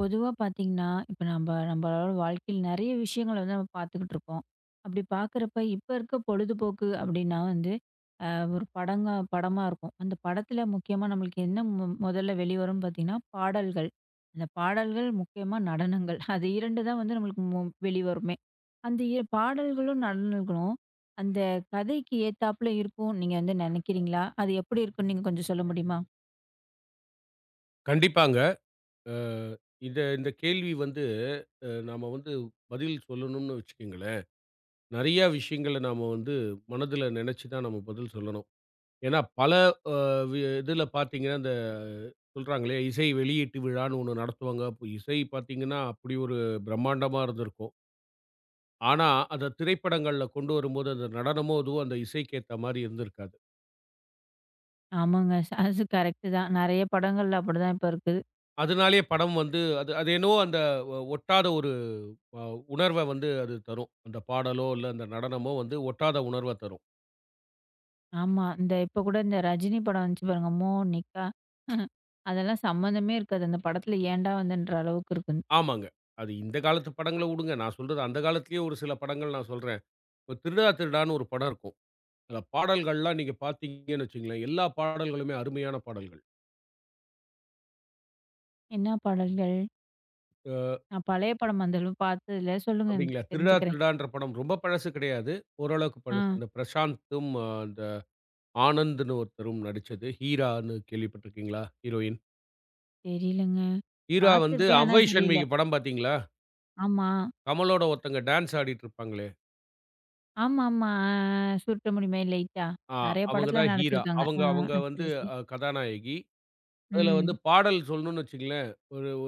பொதுவா பார்த்தீங்கன்னா, இப்ப நம்பளோட வாழ்க்கையில நெறைய விஷயங்கள வந்து நம்ம பார்த்துக்கிட்டு இருக்கோம். அப்படி பார்க்குறப்ப, இப்ப இருக்க பொழுதுபோக்கு அப்படின்னா வந்து, அ ஒரு படமா இருக்கும். அந்த படத்துல முக்கியமா நம்மளுக்கு என்ன முதல்ல வெளிவரும்னு பார்த்தீங்கன்னா, பாடல்கள். அந்த பாடல்கள், முக்கியமா நடனங்கள். அது 2 தான் வந்து நம்மளுக்கு வெளிவருமே. அந்த பாடல்களும், நடனங்களும் அந்த கதைக்கு ஏத்தாப்புல இருக்கும் நீங்க வந்து நெனைக்கிறீங்களா? அது எப்படி இருக்குன்னு நீங்க கொஞ்சம் சொல்ல முடியுமா? கண்டிப்பாங்க. அ இத இந்த கேள்வி வந்து நாம வந்து பதில் சொல்லணும்னு வச்சுக்கங்களேன், நெறையா விஷயங்கள நாம வந்து மனதுல நெனச்சு தான் நம்ம பதில் சொல்லணும். ஏன்னா பல அ வி இதுல பார்த்தீங்கன்னா, இந்த சொல்றாங்களே இசை வெளியீட்டு விழான்னு ஒண்ணு நடத்துவாங்க. அப்ப இசை பார்த்தீங்கன்னா, அப்படி ஒரு பிரம்மாண்டமா இருந்திருக்கும். ஆனா, அத திரைப்படங்கள்ல கொண்டு வரும்போது அந்த நடனமோ, எதுவோ அந்த இசைக்கு ஏத்த மாரி இருந்திருக்காது. ஆமாங்க. அது கரெக்ட்டு தான். நெறைய படங்கள்ல அப்படிதான் இப்ப இருக்கு. அதனாலேயே படம் வந்து அது அது என்னவோ அந்த ஒட்டாத ஒரு அ உணர்வ வந்து அது தரும். அந்த பாடலோ, இல்ல அந்த நடனமோ வந்து ஒட்டாத உணர்வ தரும். ஆமா. இந்த இப்ப கூட இந்த ரஜினி படம் வந்துச்சு பாருங்க. மோனிகா. அதெல்லாம் சம்மந்தமே இருக்காது. அந்த படத்துல ஏன்டா வந்தேன்ற அளவுக்கு இருக்கும். ஆமாங்க. அது இந்த காலத்து படங்கள வுடுங்க. நான் சொல்றது அந்த காலத்திலேயே ஒரு சில படங்கள் நான் சொல்றேன். இப்ப "திருடா திருடான்னு" ஒரு படம் இருக்கும். அதுல பாடல்கள்லாம் நீங்க பார்த்தீங்கன்னு வச்சுக்கங்களேன், எல்லா பாடல்களுமே அருமையான பாடல்கள். என்ன பாடல்கள்? அ நான் பழைய படம் அந்த அளவு பார்த்ததில்ல. சொல்லுங்க எனக்கு அப்படிங்களா? "திருடா தெரிஞ்சுக்கிறேன். திருடான்ற" படம் ரொம்ப பழசு கிடையாது. ஓரளவுக்கு ஆ. பழசு. அந்த பிரசாந்தும், அந்த ஆனந்த்ன்னு ஒருத்தரும் நடிச்சது. "ஹீரான்னு" கேள்விப்பட்டிருக்கீங்களா? ஹீரோயின். தெரியலங்க. ஹீரா வந்து பார்த்துருப்பேன். ஆனா "அவ்வை தெரியல. சண்முகி" படம் பார்த்தீங்களா? ஆமா. கமலோட ஒருத்தங்க டான்ஸ் ஆடிட்டு இருப்பாங்களே! ஆமாமா. ஆ, ஆ. சுருட்ட முடியுமே லைட்டா. ஆ, நெறைய அவங்க படத்துல தான் ஹீரா. நடிச்சிருக்காங்க. ஆ, அவங்க அவங்க ஆ. வந்து சரி, சரி. கதாநாயகி. அதுல வந்து ம். பாடல் சொல்லணும்னு வச்சுக்கங்களேன், ஒரு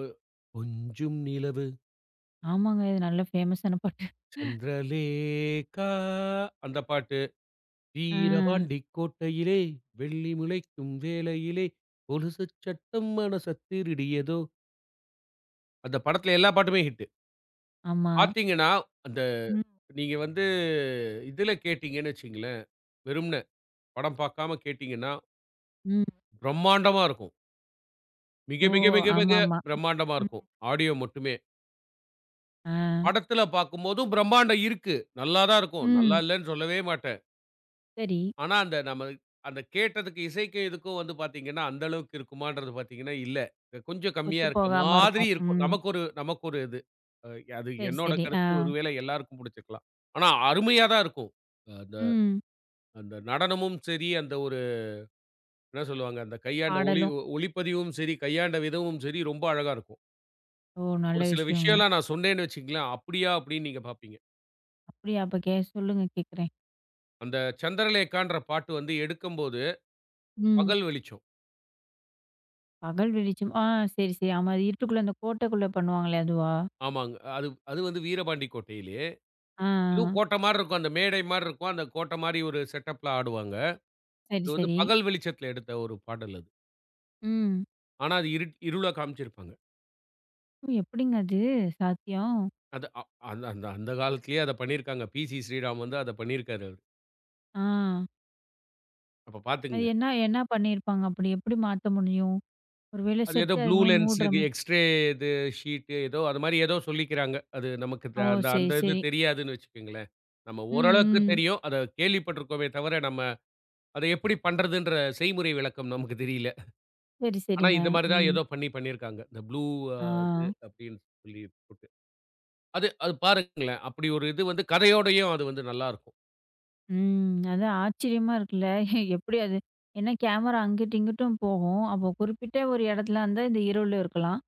கொஞ்சும் நிலவு ஆமாங்க. இது நல்ல ஃபேமஸான பாட்டு. சந்திரலேகா அந்த பாட்டு. ஆ. வீரபாண்டி கோட்டையிலே வெள்ளி முளைக்கும் வேளையிலே கொலுசு சட்டம் மனச திருடியதோ! அந்த படத்துல எல்லா பாட்டுமே ஹிட்டு. ஆமா. பார்த்தீங்கன்னா, அந்த ம். நீங்க வந்து இதுல கேட்டீங்கன்னு வச்சுக்கங்களேன், வெறும்ன படம் பார்க்காம கேட்டீங்கன்னா, ம். பிரம்மாண்டமா இருக்கும். மிக, ஓ! மிக, மிக, மிக ஆமாமா. பிரம்மாண்டமா ம். இருக்கும். ஆடியோ மட்டுமே. ஆ. படத்துல பார்க்கும்போதும் பிரம்மாண்டம் இருக்கு. நல்லா தான் இருக்கும். நல்லா ம். இல்லன்னு சொல்லவே மாட்டேன். சரி. ஆனா, அந்த நம்ம அந்த கேட்டதுக்கு இசைக்கும் இதுக்கும் வந்து பார்த்தீங்கன்னா, அந்த அளவுக்கு இருக்குமான்றது பார்த்தீங்கன்னா, இல்ல. கொஞ்சம் ஒத்து கம்மியா இருக்க போகாம மாதிரி இருக்கும். இருக்கும். ம். நமக்கு ஒரு இது. அ அது சரி, என்னோட சரி. ஆ. கருத்து. ஒருவேளை எல்லாருக்கும் புடிச்சிருக்கலாம். ஆனா, அருமையா தான் இருக்கும். அந்த ம். அந்த நடனமும் சரி, அந்த ஒரு என்ன சொல்லுவாங்க, அந்த கையாண்ட பாடலும். ஒளிப்பதிவும் சரி, கையாண்ட விதமும் சரி, ரொம்ப அழகா இருக்கும். ஓ! நல்ல ஒரு சில விஷயங்க. விஷயம்லாம் நான் சொன்னேன்னு வச்சுக்கங்களேன், "அப்படியா?" அப்படின்னு நீங்க பார்ப்பீங்க. அப்படியா? அப்ப சொல்லுங்க கேட்குறேன். அந்த "சந்திரலேகான்ற" பாட்டு வந்து எடுக்கும்போது, ம். பகல் வெளிச்சம். பகல் வெளிச்சம். ஆ, சரி, சரி. ஆமா. அது இருட்டுக்குள்ள அந்த கோட்டைக்குள்ள பண்ணுவாங்களே அதுவா? ஆமாங்க. அது அது வந்து வீரபாண்டி கோட்டையிலே. ஆ, ஆ. இதுவும் கோட்ட மாரி இருக்கும். அந்த மேடை மாரி இருக்கும். அந்த கோட்ட மாரி ஒரு செட்டப்ல ஆடுவாங்க. சரி, அது வந்து சரி. பகல் வெளிச்சத்தில எடுத்த ஒரு பாடல் அது. ம். ஆனா அது இருளா காமிச்சிருப்பாங்க. ஓ! எப்படிங்க அது சாத்தியம்? அது அ அந்த அந்த அந்த காலத்திலேயே அத பண்ணியிருக்காங்க. பி.சி. ஸ்ரீராம் வந்து அத பண்ணியிருக்காரு அவரு. ஆ. அப்ப அது பார்த்துக்கங்க. என்ன என்ன பண்ணியிருப்பாங்க அப்படி? எப்படி மாத்த முடியும்? ஒரு வேளை அது ஏதோ செட்டு ப்ளூ அதுமாரி மூடுற லென்ஸுக்கு மாரி. எக்ஸ்ரே இது ஷீட்டு ஏதோ அது மாரி ஏதோ சொல்லிக்கிறாங்க. அது நமக்கு ஓ! அந்த சரி, அந்த இது சரி. தெரியாதுன்னு வச்சுக்கங்களேன். நம்ம ம், ஓரளவுக்கு ம். தெரியும். அத கேள்விப்பட்டுருக்கோமே தவிர, நம்ம அத எப்படி பண்றதுன்ற செய்முறை விளக்கம் நமக்கு தெரியல. சரி, ஆனா சரிங்க. இந்த மாரி தான் ம். ஏதோ பண்ணி பண்ணியிருக்காங்க. இந்த ப்ளூ அ ஆ. அப்படின்னு சொல்லி போட்டு. அது அது பாருங்களேன். அப்படி ஒரு இது வந்து கதையோடையும் அது வந்து நல்லாருக்கும். ம். அதான் ஆச்சரியமா இருக்குல்ல. எப்படி அது? ஏன்னா கேமரா அங்கிட்டும், இங்கிட்டும் போகும். அப்போ குறிப்பிட்ட ஒரு இடத்துல இருந்தா இந்த இரவுல இருக்கலாம்.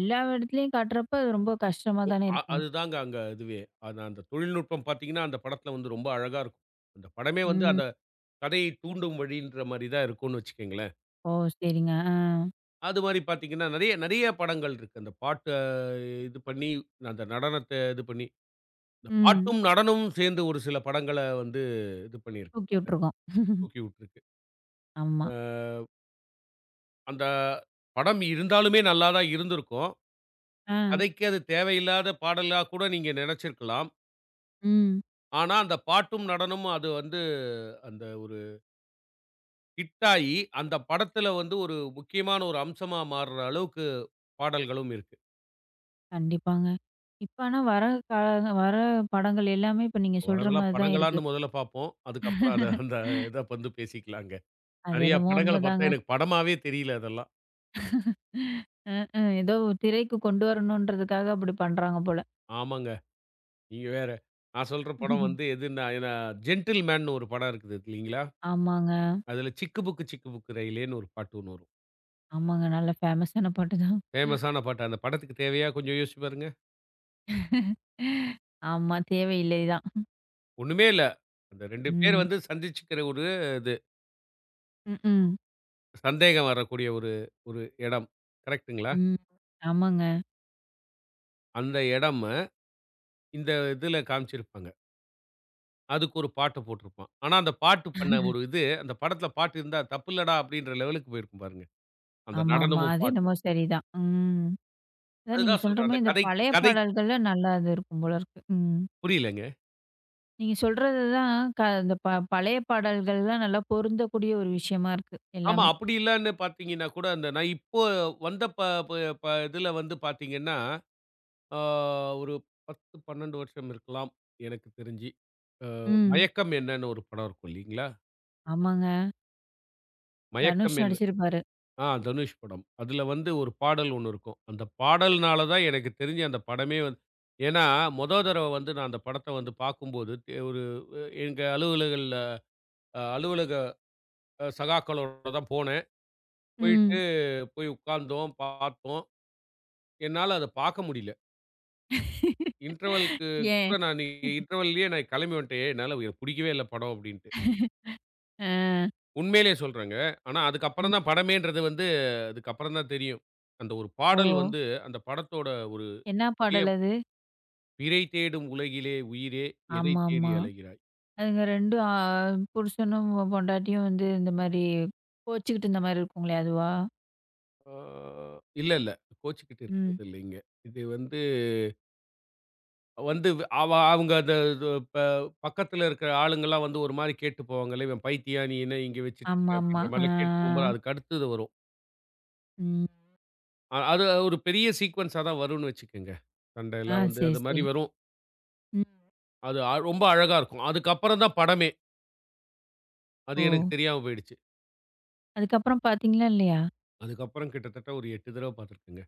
எல்லா இடத்துலயும் காட்டுறப்ப அது ரொம்ப கஷ்டமா தானே இருக்கும். அதுதாங்க அங்க இதுவே. அது அந்த தொழில்நுட்பம் பார்த்தீங்கன்னா, அந்த படத்தில வந்து ரொம்ப அழகா இருக்கும். அந்த படமே வந்து ம். அந்த கதையை தூண்டும் வழின்ற மாரி தான் இருக்கும்னு வச்சுக்கங்களேன். ஓ! சரிங்க. ஆ. அது மாரி பார்த்தீங்கன்னா, நெறைய நெறைய படங்கள் இருக்கு. அந்த பாட்ட இது பண்ணி, அந்த நடனத்த இது பண்ணி, இந்த ம். பாட்டும், நடனமும் சேர்ந்து ஒரு சில படங்கள வந்து இது பண்ணியிருக்கு. தூக்கி விட்டுருக்கோம். தூக்கி விட்டுருக்கு. ஆமா. அ அந்த படம் இருந்தாலுமே நல்லா தான் இருந்திருக்கும். ஆ. கதைக்கு அது தேவையில்லாத பாடலா கூட நீங்க நெனச்சிருக்கலாம். ம். ஆனா, அந்த பாட்டும், நடனமும் அது வந்து அந்த ஒரு ஹிட் ஆயி, அந்த படத்துல வந்து ஒரு முக்கியமான ஒரு அம்சமா மாறுற அளவுக்கு பாடல்களும் இருக்கு. கண்டிப்பாங்க. இப்ப ஆனா வர கால வர படங்கள் எல்லாமே இப்ப நீங்க சொல்ற வரதெல்லாம் மாரி தான் இருக்கு. படங்களான்னு முதல்ல பார்ப்போம். அதுக்கப்புறம் அத அந்த இத வந்து பேசிக்கலாங்க. அது நெறைய என்னமோ படங்கள பார்த்தா உண்மதாங்க. எனக்கு படமாவே தெரியல அதெல்லாம். அ, அ. ஏதோ திரைக்கு கொண்டு வரணுன்றதுக்காக அப்படி பண்றாங்க போல. ஆமாங்க. நீங்க வேற. நான் சொல்ற படம் வந்து எதுன்னா, ஏன்னா ஜென்டில் மேன்னு ஒரு படம் இருக்குது இல்லீங்களா? ஆமாங்க. அதுல சிக்கு புக்கு சிக்கு புக்கு ரயிலேன்னு ஒரு பாட்டு ஒண்ணு வரும். ஆமாங்க. நல்ல ஃபேமஸான பாட்டு தான். ஃபேமஸான பாட்டு. அந்த படத்துக்கு தேவையா கொஞ்சம் யோசிச்சு பாருங்க. ஆமா. தேவையில்லை தான். ஒண்ணுமே இல்ல. அந்த 2 பேர் ம். வந்து சந்திச்சுக்கிற ஒரு இது. ம்ஹ்ம். சந்தேகம் வரக்கூடிய ஒரு ஒரு இடம். கரெக்ட்டுங்களா? ம். ஆமாங்க. அந்த இடம இந்த இதுல காமிச்சிருப்பாங்க. அதுக்கு ஒரு பாட்டு போட்டிருப்பான். ஆனா, அந்த பாட்டு பண்ண ஒரு இது, அந்த படத்துல பாட்டு இருந்தா தப்பில்லடா அப்டின்ற லெவலுக்கு போயிருக்கும் பாருங்க. அந்த ஆமாமா. நடனமும், அது என்னமோ பாட்டும். சரிதான். ம். அதான் நீங்க அதுதான் சொல்ற சொல்றேன். அந்த மாரி இந்த கதைக்கு பழைய கதை பாடல்கள்ல நல்லா இது இருக்கும் போல இருக்கு. ம். புரியலங்க. நீங்க சொல்றது தான் க இந்த ப பழைய பாடல்கள்லாம் நல்லா பொருந்தக்கூடிய ஒரு விஷயமா இருக்கு ஆமா, எல்லாமே. அப்படி இல்லன்னு பார்த்தீங்கன்னா கூட, அந்த நான் இப்போ வந்த ப ப ப இதுல வந்து பார்த்தீங்கன்னா, ஆ ஒரு 10, 12 வருஷம் இருக்கலாம். எனக்கு தெரிஞ்சு. ம். மயக்கம் என்னன்னு ஒரு படம் இருக்கும் இல்லீங்களா? ஆமாங்க. தனுஷ் மயக்கம் என்ன நடிச்சிருப்பாரு. ஆ தனுஷ் படம். அதுல வந்து ஒரு பாடல் ஒண்ணு இருக்கும். அந்த பாடல்னால தான் எனக்கு தெரிஞ்சு அந்த படமே வந்து ஏன்னா, மொத தடவ வந்து நான் அந்த படத்த வந்து பார்க்கும்போது, ஒரு எங்க அலுவலகல்ல அ அலுவலக அ சகாக்களோட தான் போனேன். ம். போயிட்டு போய் உட்கார்ந்தோம், பார்த்தோம். என்னால அத பார்க்க முடியல. இன்டர்வல்க்கு ஏன்? கூட நான் இன்டர்வல்லயே நான் கிளம்பி வந்துட்டேன். என்னால எனக்கு புடிக்கவே இல்ல படம் அப்டின்ட்டு. அ. உண்மையிலேயே சொல்றேங்க. ஆனா, ம். அதுக்கப்புறம் தான் படமேன்றது வந்து அதுக்கப்புறம் தான் தெரியும். அந்த ஒரு ஓ! பாடல் வந்து அந்த படத்தோட ஒரு என்ன பாடல் அது? பிறை தேடும் உலகிலே உயிரே எதை தேடி ஆமாமா. அலைகிறாய்? அதுங்க 2 ஆ புருஷனும், பொண்டாட்டியும் வந்து இந்த மாரி கோச்சுக்கிட்டு இருந்த மாரி இருக்குங்களே! அதுவா? ஆ, இல்ல, இல்ல. கோச்சுக்கிட்டு ம். இருக்கிறது இல்லைங்க. இது வந்து வந்து அவங்க அத இது ப பக்கத்துல இருக்கிற ஆளுங்கலாம் வந்து ஒரு மாரி கேட்டு போவாங்கல்ல, "இவன் பைத்தியம், நீ என்ன இங்க வச்சுட்டு இருக்க?" ஆமாமா. அப்படின்ற ஆ, மாரிலாம் கேட்டு போம்போது, அதுக்கு அடுத்தது வரும். ம். அது ஒரு பெரிய சீக்வென்ஸா தான் வரும்னு வச்சுக்கங்க. ஆ, சண்டையெல்லாம் வந்து சரி, அது சரி. மாரி வரும். ம். அது அ ரொம்ப அழகா இருக்கும். அதுக்கப்புறம் தான் படமே. அது ஓ! எனக்கு தெரியாம போயிடுச்சு. அதுக்கப்புறம் பார்த்தீங்களா இல்லையா? அதுக்கப்புறம் கிட்டத்தட்ட ஒரு 8 தடவ பார்த்துருக்கேங்க.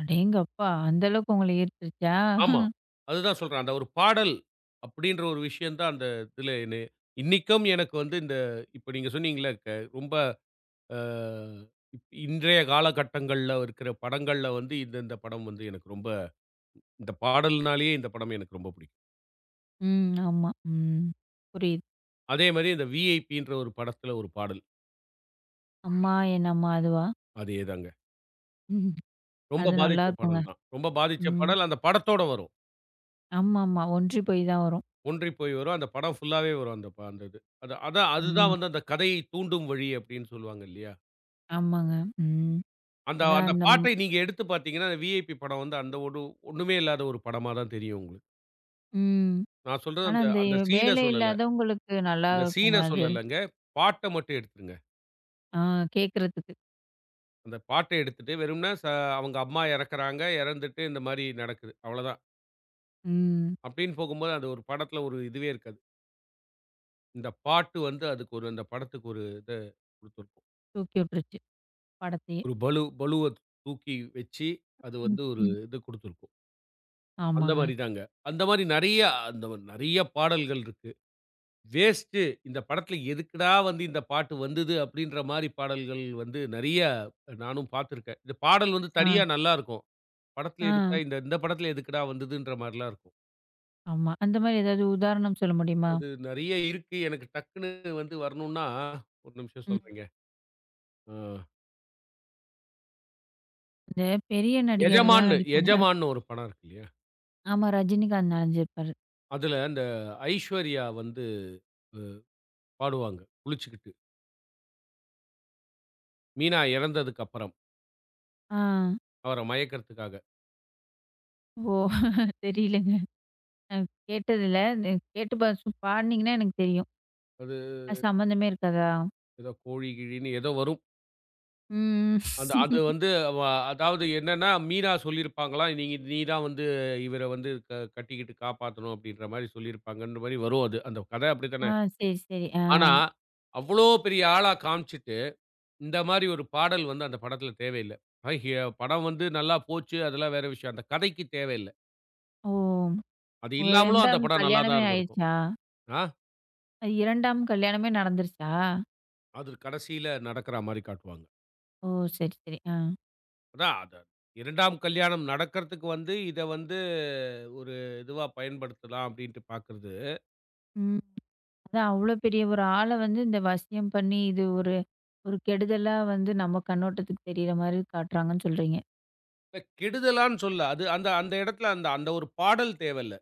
அடேங்கப்பா! அந்த அளவுக்கு உங்கள ஈர்த்துருச்சா? ஆமா. அதுதான் சொல்றேன். அந்த ஒரு பாடல் அப்படின்ற ஒரு விஷயம் தான் அந்த இதில என்னைய இன்னிக்கும் எனக்கு வந்து இந்த இப்ப நீங்க சொன்னீங்கல்ல, ரொம்ப அ இப் இன்றைய காலகட்டங்கள்ல இருக்கிற படங்கள்ல வந்து இந்த இந்த படம் வந்து எனக்கு ரொம்ப இந்த பாடல்னாலேயே இந்த படம் எனக்கு ரொம்ப பிடிக்கும். ம். ஆமா. ம். புரியுது. அதே மாரி இந்த விஐபின்ற ஒரு படத்துல ஒரு பாடல். அம்மா என் அம்மா அதுவா? அதே தாங்க. ம். ரொம்ப அது பாதிச்ச நல்லாருக்குங்க. பாடல் தான். ரொம்ப பாதிச்ச ம். பாடல் அந்த படத்தோட வரும். ஆமாமா. ஒன்றி போய் தான் வரும். ஒன்றி போய் வரும். அந்த படம் ஃபுல்லாவே வரும் அந்த இது. அதுதான் ம். வந்து அந்த கதையை தூண்டும் வழி அப்படின்னு சொல்லுவாங்க இல்லையா? ஆமாங்க. ம். அந்த அதான் அந்த அந்த பாட்டை நீங்க எடுத்து பார்த்தீங்கன்னா, அந்த விஐபி படம் வந்து அந்த ஒரு ஒண்ணுமே இல்லாத ஒரு படமா தான் தெரியும் உங்களுக்கு. ம். நான் சொல்றது ஆனா, அந்த அந்த அந்த சீன வேலை சொல்லல. இல்லாதவங்களுக்கு நல்லா அந்த இருக்குங்க சீன அது. சொல்லலங்க. பாட்ட மட்டும் எடுத்துருங்க. ஆ, கேட்கறதுக்கு. அந்த பாட்ட எடுத்துட்டு வெறும்ன அவங்க அம்மா இறக்குறாங்க. இறந்துட்டு இந்த மாரி நடக்குது. அவ்வளதான். ம். அப்படின்னு போகும்போது அது ஒரு படத்துல ஒரு இதுவே இருக்காது. இந்த பாட்டு வந்து அதுக்கு ஒரு அந்த படத்துக்கு ஒரு இத குடுத்துருக்கும். தூக்கி விட்டுருச்சு படத்தையே. ஒரு பலுவ தூக்கி வச்சு, அது ம், வந்து ஒரு ம். இது குடுத்துருக்கும். அந்த ஆமாங்க. மாரி தாங்க. அந்த மாரி அந்த நெறைய பாடல்கள் இருக்கு. வேஸ்ட்டு. இந்த படத்துல எதுக்குடா வந்து இந்த பாட்டு வந்தது? அப்படின்ற மாரி பாடல்கள் வந்து நெறைய நானும் பார்த்துருக்கேன். இந்த பாடல் வந்து ஆ, தனியா நல்லாருக்கும். படத்துல ஆ. எதுக்குடா இந்த இந்த படத்துல எதுக்குடா வந்ததுன்ற மாரிலாம் இருக்கும். ஆமா. அந்த மாரி ஏதாவது உதாரணம் சொல்ல முடியுமா? அது நெறைய இருக்கு. எனக்கு டக்குன்னு வந்து வரணும்னா, ஒரு நிமிஷம் ம். சொல்றேங்க. அ இந்த பெரிய நடிகர்கள்லாம் எஜமான்னு நடிப்பாங்கல்ல. எஜமான்னு ஒரு படம் இருக்கு இல்லையா? ஆமா. ரஜினிகாந்த் நெனஞ்சிருப்பாரு. அதுல அந்த ஐஸ்வர்யா வந்து அ பாடுவாங்க குளிச்சுக்கிட்டு. மீனா இறந்ததுக்கு அப்புறம். ஆ. அவர மயக்கறதுக்காக. ஓ! தெரியலங்க. நான் கேட்டதில்ல. கேட்டு பா சு பாடுனீங்கன்னா எனக்கு தெரியும். அது அது சம்மந்தமே இருக்காதா? ஏதோ கோழி கிழின்னு ஏதோ வரும். ம். அது வந்து அதாவது என்னன்னா, மீனா சொல்லியிருப்பாங்களாம், நீ தான் வந்து இவர வந்து கட்டிக்கிட்டு காப்பாத்தணும் அப்படின்ற மாரி சொல்லியிருப்பாங்கன்ற மாரி வரும் அது. அந்த கதை ஆ. அப்படித்தானே. சரி, சரி. ஆ. ஆனா, அவ்ளோ பெரிய ஆளா காமிச்சுட்டு, இந்த மாரி ஒரு பாடல் வந்து அந்த படத்துல தேவையில்ல. அ ஹி படம் வந்து நல்லா போச்சு, அதெல்லாம் வேற விஷயம். அந்த கதைக்கு தேவையில்ல. ஓ! அது இல்லாமலும் அந்த 2ஆம் படம் நல்லா தான் கல்யாணமே இருந்திருக்கும். ஆயிருச்சா? ஆ, 2ஆம் கல்யாணமே நடந்துருச்சா? அது கடைசியில நடக்கிற மாரி காட்டுவாங்க. ஓ! சரி, சரி. ஆ. அதான் 2ஆம் கல்யாணம் நடக்கிறதுக்கு வந்து, இத வந்து ஒரு இதுவா பயன்படுத்தலாம் அப்படின்ட்டு பார்க்கிறது. ம். அதான் அவ்வளோ பெரிய ஒரு ஆள வந்து இந்த வசியம் பண்ணி, இது ஒரு ஒரு கெடுதலா வந்து நம்ம கண்ணோட்டத்துக்கு தெரியிற மாரி காட்டுறாங்கன்னு சொல்றீங்க. இல்ல கெடுதலான்னு சொல்ல. அது அந்த அந்த இடத்துல அந்த அந்த ஒரு பாடல் தேவைல்ல.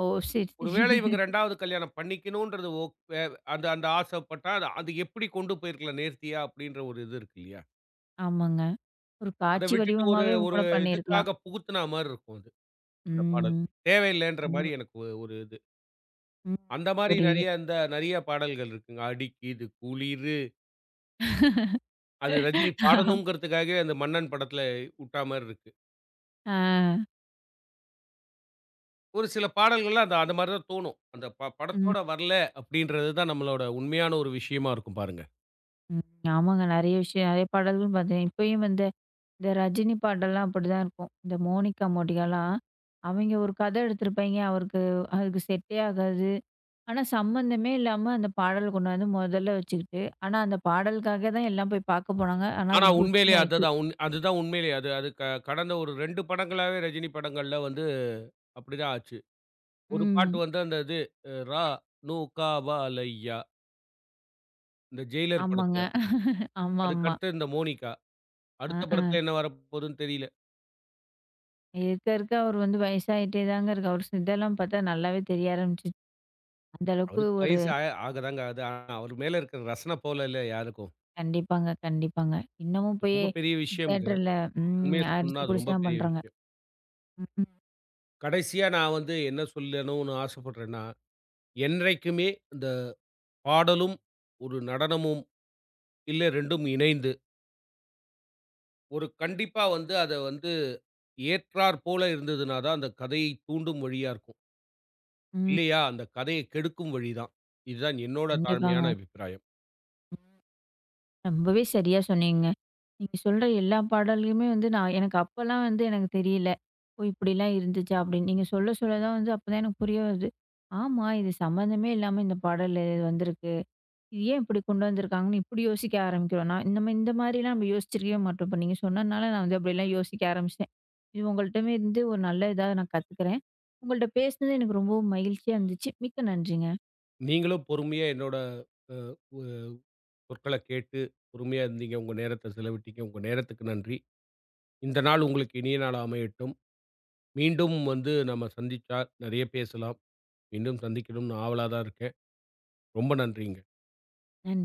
ஓ! சரி, ஒருவேளை சரி. இவங்க 2வது கல்யாணம் பண்ணிக்கணுன்றது ஓ வே அந்த அந்த ஆசைப்பட்டா, அது அது எப்படி கொண்டு போயிருக்கலாம் நேர்த்தியா அப்படின்ற ஒரு இது இருக்கு இல்லையா? ஆமாங்க. ஒரு அத காட்சி விட்டுட்டு ஒரு வடிவமாவே ஒரு கூட பண்ணியிருக்கலாம். இதுக்காக புகுத்துனா மாரி இருக்கும் அது, அந்த பாடல். ம். தேவையில்லைன்ற மாரி கண்டிப்பா. எனக்கு ஒரு இது. ம். அந்த மாரி புரியுது. நெறைய பாடல்கள் இருக்குங்க. "அடிக்கிது குளிரு" அது ரஜினி பாடணும்ங்கிறதுக்காகவே அந்த மன்னன் படத்துல உட்டா மாரி இருக்கு. ஆ. ஒரு சில பாடல்கள்லாம் அந்த அந்த மாரி தான் தோணும். அந்த ப ம். படத்தோட வரல அப்படின்றது தான் நம்மளோட உண்மையான ஒரு விஷயமா இருக்கும் பாருங்க. ம். ஆமாங்க. நெறைய விஷயம் நெறைய பாடல்கள் பார்த்தேன். இப்பயும் வந்து இந்த ரஜினி பாட்டெல்லாம் அப்படிதான் இருக்கும். இந்த மோனிகா, மோடிகாலாம் அவைங்க ஒரு கதை எடுத்திருப்பாய்ங்க. அவருக்கு அதுக்கு செட்டே ஆகாது. ஆனா, சம்மந்தமே இல்லாம அந்த பாடல் கொண்டு வந்து முதல்ல வச்சுக்கிட்டு, ஆனா அந்த பாடலுக்காக தான் எல்லாம் போய் பார்க்க போனாங்க. ஆனா ஆனா அது புஸ்ன்னு உண்மையிலேயே ஆயிடுச்சு. அதுதான் உண்மையிலேயே அது அது கடந்த ஒரு 2 படங்களாவே ரஜினி படங்கள்ல வந்து அப்படிதான் ஆச்சு. ஒரு பாட்டு ம். வந்து அந்த இது ரா நு கா வா லைய்யா இந்த ஜெயிலர் ஆமாங்க. படத்துல. ஆமாமா. அதுக்கடுத்து இந்த மோனிகா. அ, அடுத்த அ. படத்துல என்ன வரப்போதுன்னு தெரியல. இருக்க, இருக்க அவரு வந்து வயசாயிட்டே தாங்க இருக்கு. அவரு இதெல்லாம் பார்த்தா நல்லாவே தெரிய ஆரம்பிச்சுச்சு. அந்த அளவுக்கு அவருக்கு ஒரு வயசு ஆகதாங்க ஆகுது. ஆனா அவர் மேல இருக்கிற ரசன போல இல்ல யாருக்கும். கண்டிப்பாங்க, கண்டிப்பாங்க. இன்னமும் இது போய் ரொம்ப பெரிய விஷயம்ங்க. தியேட்டர்ல உண்மைய ம் அடிச்சு சொல்லணும்னா அது புடிச்சு ரொம்ப தான் பெரிய பண்றாங்க. விஷயம். ம், கடைசியா நான் வந்து என்ன சொல்லணும்னு ஆசைப்படுறேன்னா, என்றைக்குமே இந்த பாடலும், ஒரு நடனமும், இல்ல 2ம் இணைந்து, ஒரு கண்டிப்பா வந்து அத வந்து ஏற்றார் போல இருந்ததுனா தான், அந்த கதையை தூண்டும் வழியா இருக்கும். ம். இல்லையா, அந்த கதைய கெடுக்கும் வழி தான். இதுதான் என்னோட கண்டிப்பாங்க. தாழ்மையான அபிப்பிராயம். ரொம்பவே சரியா சொன்னீங்க. நீங்க சொல்ற எல்லா பாடல்களுமே வந்து நான் எனக்கு அப்பலாம் வந்து எனக்கு தெரியல. ஓ! இப்படிலாம் இருந்துச்சா அப்படின்னு. நீங்க சொல்ல சொல்ல தான் வந்து அப்பதான் எனக்கு புரிய வருது. ஆமா, இது சம்மந்தமே இல்லாம இந்த பாடல் வந்திருக்கு. இது ஏன் இப்படி கொண்டு வந்திருக்காங்கன்னு இப்படி யோசிக்க ஆரம்பிக்கிறோம். நான் இந்த மாரிலாம் நம்ம யோசிச்சிருக்கவே மாட்டோம். இப்ப நீங்க சொன்னனால நான் வந்து அப்படிலாம் யோசிக்க ஆரம்பிச்சேன். இது உங்கள்ட்டமே இருந்து ஒரு நல்ல இதா நான் கத்துக்கிறேன். உங்கள்ட்ட பேசினது எனக்கு ரொம்பவும் மகிழ்ச்சியா இருந்துச்சு. மிக்க நன்றிங்க. நீங்களும் பொறுமையா என்னோட அ உ சொற்கள கேட்டு பொறுமையா இருந்தீங்க. உங்க நேரத்த செலவிட்டீங்க. உங்க நேரத்துக்கு நன்றி. இந்த நாள் உங்களுக்கு இனிய நாளா அமையட்டும். மீண்டும் வந்து நம்ம சந்திச்சா நெறைய பேசலாம். மீண்டும் சந்திக்கணும்னு ஆவலா தான் இருக்கேன். ரொம்ப நன்றிங்க. நன்றி.